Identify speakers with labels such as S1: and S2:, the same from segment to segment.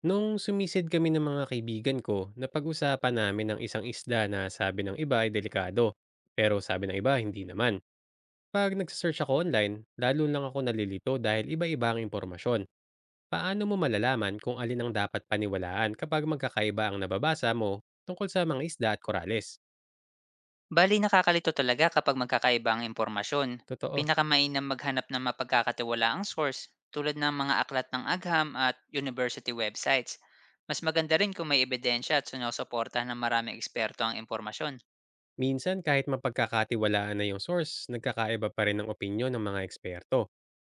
S1: Nung sumisid kami ng mga kaibigan ko, napag-usapan namin ang isang isda na sabi ng iba ay delikado. Pero sabi ng iba, hindi naman. Pag nagsasearch ako online, lalo lang ako nalilito dahil iba-iba ang impormasyon. Paano mo malalaman kung alin ang dapat paniwalaan kapag magkakaiba ang nababasa mo tungkol sa mga isda at korales?
S2: Bali nakakalito talaga kapag magkakaiba ang impormasyon.
S1: Totoo.
S2: Pinakamainam maghanap ng mapagkakatiwalaang source tulad ng mga aklat ng agham at university websites. Mas maganda rin kung may ebidensya at sinusuporta ng maraming eksperto ang impormasyon.
S1: Minsan kahit mapagkakatiwalaan na yung source, nagkakaiba pa rin ang opinyon ng mga eksperto.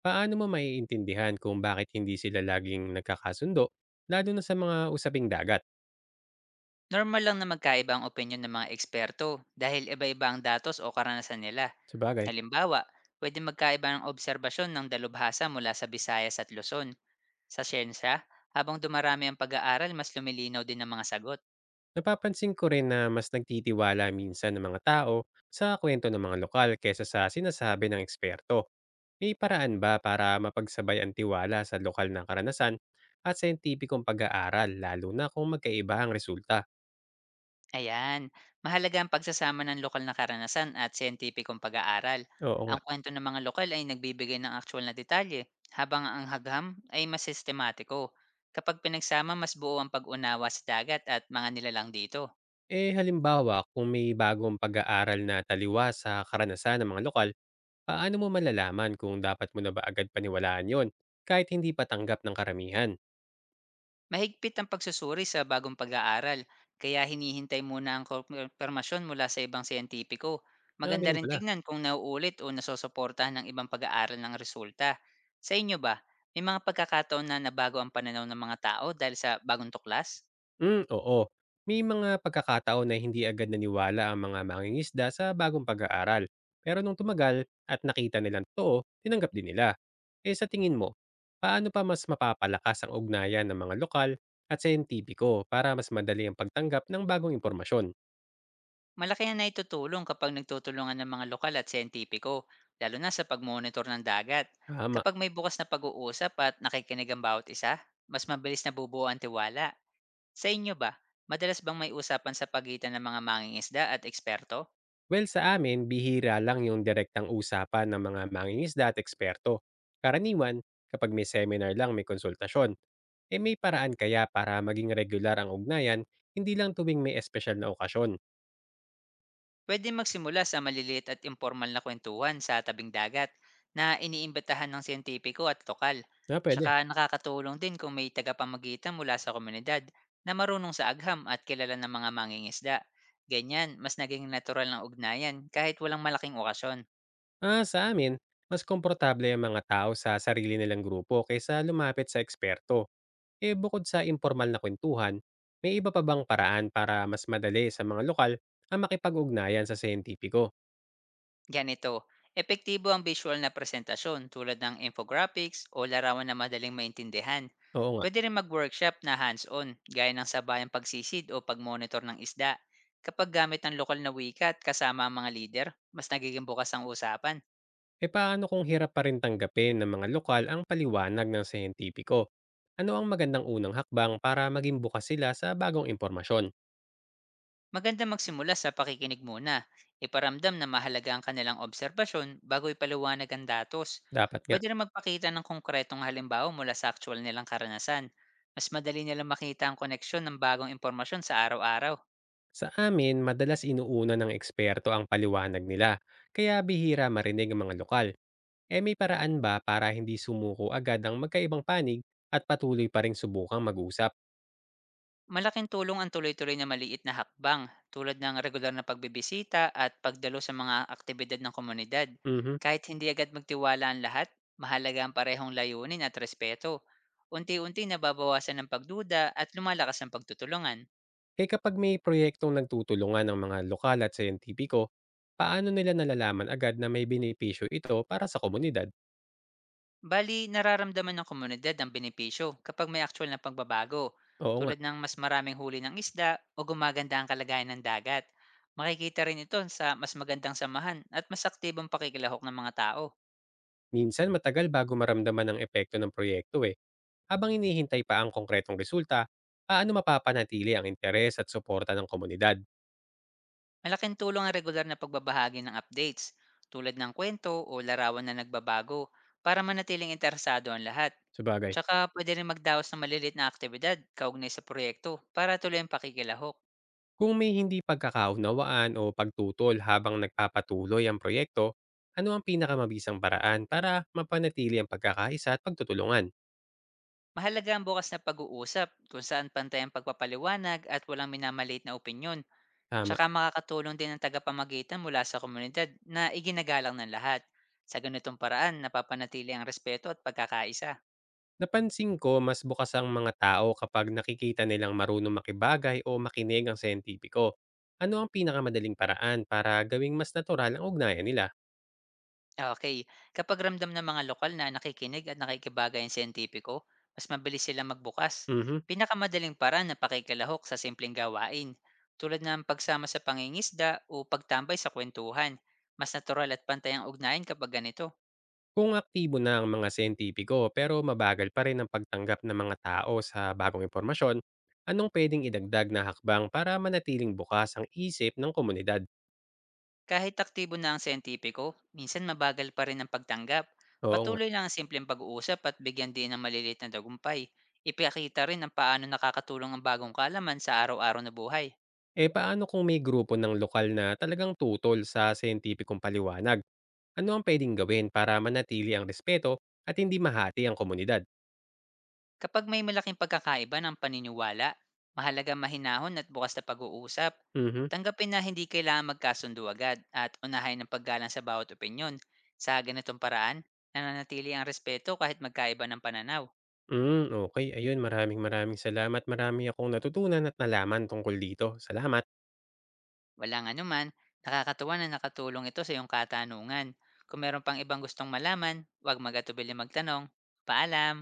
S1: Paano mo maiintindihan kung bakit hindi sila laging nagkakasundo, lalo na sa mga usaping dagat?
S2: Normal lang na magkaiba ang opinion ng mga eksperto dahil iba-iba ang datos o karanasan nila.
S1: Sabagay,
S2: Halimbawa, pwede magkaiba ng obserbasyon ng dalubhasa mula sa Visayas at Luzon. Sa siyensya, habang dumarami ang pag-aaral, mas lumilinaw din ang mga sagot.
S1: napapansin ko rin na mas nagtitiwala minsan ng mga tao sa kwento ng mga lokal kaysa sa sinasabi ng eksperto. May paraan ba para mapagsabay ang tiwala sa lokal na karanasan at sentipikong pag-aaral lalo na kung magkaiba ang resulta?
S2: Ayan, mahalaga ang pagsasama ng lokal na karanasan at siyentipikong pag-aaral.
S1: Oo.
S2: Ang kwento ng mga lokal ay nagbibigay ng aktwal na detalye, habang ang hagham ay mas sistematiko. Kapag pinagsama, mas buo ang pag-unawa sa dagat at mga nilalang dito.
S1: Eh, halimbawa kung may bagong pag-aaral na taliwa sa karanasan ng mga lokal, paano mo malalaman kung dapat mo na ba agad paniwalaan yon, kahit hindi patanggap ng karamihan?
S2: Mahigpit ang pagsusuri sa bagong pag-aaral, kaya hinihintay muna ang kumpirmasyon mula sa ibang siyentipiko.
S1: Ah,
S2: Maganda
S1: ganun
S2: rin
S1: pala.
S2: tignan kung nauulit o nasusuportahan ng ibang pag-aaral ng resulta. Sa inyo ba, may mga pagkakataon na nabago ang pananaw ng mga tao dahil sa bagong tuklas?
S1: Oo. May mga pagkakataon na hindi agad naniwala ang mga mangingisda sa bagong pag-aaral. Pero nung tumagal at nakita nilang totoo, tinanggap din nila. Eh sa tingin mo, paano pa mas mapapalakas ang ugnayan ng mga lokal at siyentipiko para mas madali ang pagtanggap ng bagong impormasyon?
S2: Malaki na naitutulong kapag nagtutulungan ng mga lokal at siyentipiko, lalo na sa pagmonitor ng dagat.
S1: Tama.
S2: Kapag may bukas na pag-uusap at nakikinig ang bawat isa, mas mabilis na bubuo ang tiwala. Sa inyo ba, madalas bang may usapan sa pagitan ng mga mangingisda at eksperto?
S1: Well, sa amin, bihira lang yung direktang usapan ng mga mangingisda at eksperto. Karaniwan, kapag may seminar lang may konsultasyon. Eh may paraan kaya para maging regular ang ugnayan, hindi lang tuwing may espesyal na okasyon.
S2: Pwede magsimula sa maliliit at informal na kwentuhan sa tabing dagat na iniimbitahan ng siyentipiko at lokal.
S1: Na pwede.
S2: Tsaka nakakatulong din kung may tagapamagitan mula sa komunidad na marunong sa agham at kilala ng mga mangingisda. Ganyan, mas naging natural ng ugnayan kahit walang malaking okasyon.
S1: Ah, sa amin, mas komportable ang mga tao sa sarili nilang grupo kaysa lumapit sa eksperto. Eh bukod sa informal na kwentuhan, may iba pa bang paraan para mas madali sa mga lokal ang makipag-ugnayan sa sentipiko?
S2: Ganito, epektibo ang visual na presentasyon tulad ng infographics o larawan na madaling maintindihan.
S1: Oo nga.
S2: Pwede rin mag-workshop na hands-on, gaya ng sabayang pagsisid o pag-monitor ng isda. Kapag gamit ang lokal na wika at kasama ang mga leader, mas nagiging bukas ang usapan.
S1: Eh paano kung hirap pa rin tanggapin ng mga lokal ang paliwanag ng siyentipiko? Ano ang magandang unang hakbang para maging bukas sila sa bagong impormasyon?
S2: Maganda magsimula sa pakikinig muna. Iparamdam na mahalaga ang kanilang obserbasyon bago ipaliwanag ang datos.
S1: Dapat nga,
S2: Pwede rin magpakita ng konkretong halimbawa mula sa actual nilang karanasan. Mas madali nilang makita ang koneksyon ng bagong impormasyon sa araw-araw.
S1: sa amin madalas inuuna ng eksperto ang paliwanag nila, kaya bihira marinig ang mga lokal. E may paraan ba para hindi sumuko agad ang magkaibang panig at patuloy pa rin subukang mag-usap?
S2: Malaking tulong ang tuloy-tuloy na maliit na hakbang tulad ng regular na pagbibisita at pagdalo sa mga aktibidad ng komunidad.
S1: Mhm.
S2: Kahit hindi agad magtiwala ang lahat, mahalaga ang parehong layunin at respeto. Unti-unti nababawasan ang pagduda at lumalakas ang pagtutulungan.
S1: Eh kapag may proyektong nagtutulungan ng mga lokal at siyentipiko, paano nila nalalaman agad na may benepisyo ito para sa komunidad?
S2: Bali, nararamdaman ng komunidad ang benepisyo kapag may actual na pagbabago,
S1: Oo nga.
S2: tulad ng mas maraming huli ng isda o gumaganda ang kalagayan ng dagat. Makikita rin ito sa mas magandang samahan at mas aktibong pakikilahok ng mga tao.
S1: Minsan matagal bago maramdaman ang epekto ng proyekto eh. Habang inihintay pa ang konkretong resulta, paano mapapanatili ang interes at suporta ng komunidad?
S2: Malaking tulong ang regular na pagbabahagi ng updates, tulad ng kwento o larawan na nagbabago, para manatiling interesado ang lahat.
S1: Sabagay,
S2: Tsaka pwede rin magdaos ng malilit na aktibidad kaugnay sa proyekto para tuloy ang pakikilahok.
S1: kung may hindi pagkakaunawaan o pagtutol habang nagpapatuloy ang proyekto, ano ang pinakamabisang paraan para mapanatili ang pagkakaisa at pagtutulungan?
S2: Mahalaga ang bukas na pag-uusap kung saan pantay ang pagpapaliwanag at walang minamalit na opinyon.
S1: Tama.
S2: Tsaka makakatulong din ang tagapamagitan mula sa komunidad na iginagalang ng lahat. Sa ganitong paraan, napapanatili ang respeto at pagkakaisa.
S1: Napansin ko mas bukas ang mga tao kapag nakikita nilang marunong makibagay o makinig ang sentipiko. Ano ang pinakamadaling paraan para gawing mas natural ang ugnayan nila?
S2: Okay. Kapag ramdam ng mga lokal na nakikinig at nakikibagay ang siyentipiko, mas mabilis silang magbukas.
S1: Mhm.
S2: Pinakamadaling paraan na pakikialahok sa simpleng gawain, tulad ng pagsama sa pangingisda o pagtambay sa kwentuhan. Mas natural at pantay ang ugnayan kapag ganito.
S1: Kung aktibo na ang mga siyentipiko pero mabagal pa rin ang pagtanggap ng mga tao sa bagong impormasyon, anong pwedeng idagdag na hakbang para manatiling bukas ang isip ng komunidad?
S2: Kahit aktibo na ang siyentipiko, minsan mabagal pa rin ang pagtanggap.
S1: Oo nga.
S2: Patuloy lang ang simpleng pag-uusap at bigyan din ng maliliit na dagumpay. Ipakita rin ang paano nakakatulong ang bagong kalaman sa araw-araw na buhay.
S1: Eh paano kung may grupo ng lokal na talagang tutol sa siyentipikong paliwanag? Ano ang pwedeng gawin para manatili ang respeto at hindi mahati ang komunidad?
S2: Kapag may malaking pagkakaiba ng paniniwala, mahalaga mahinahon at bukas na pag-uusap.
S1: Mhm.
S2: Tanggapin na hindi kailangan magkasundo agad at unahin ang paggalang sa bawat opinyon. Sa ganitong paraan, nananatili ang respeto kahit magkaiba ng pananaw.
S1: Okay, ayun, maraming maraming salamat. Marami akong natutunan at nalaman tungkol dito. Salamat.
S2: Walang anuman, nakakatuwa na nakatulong ito sa iyong katanungan. Kung meron pang ibang gustong malaman, huwag magatubili magtanong. Paalam!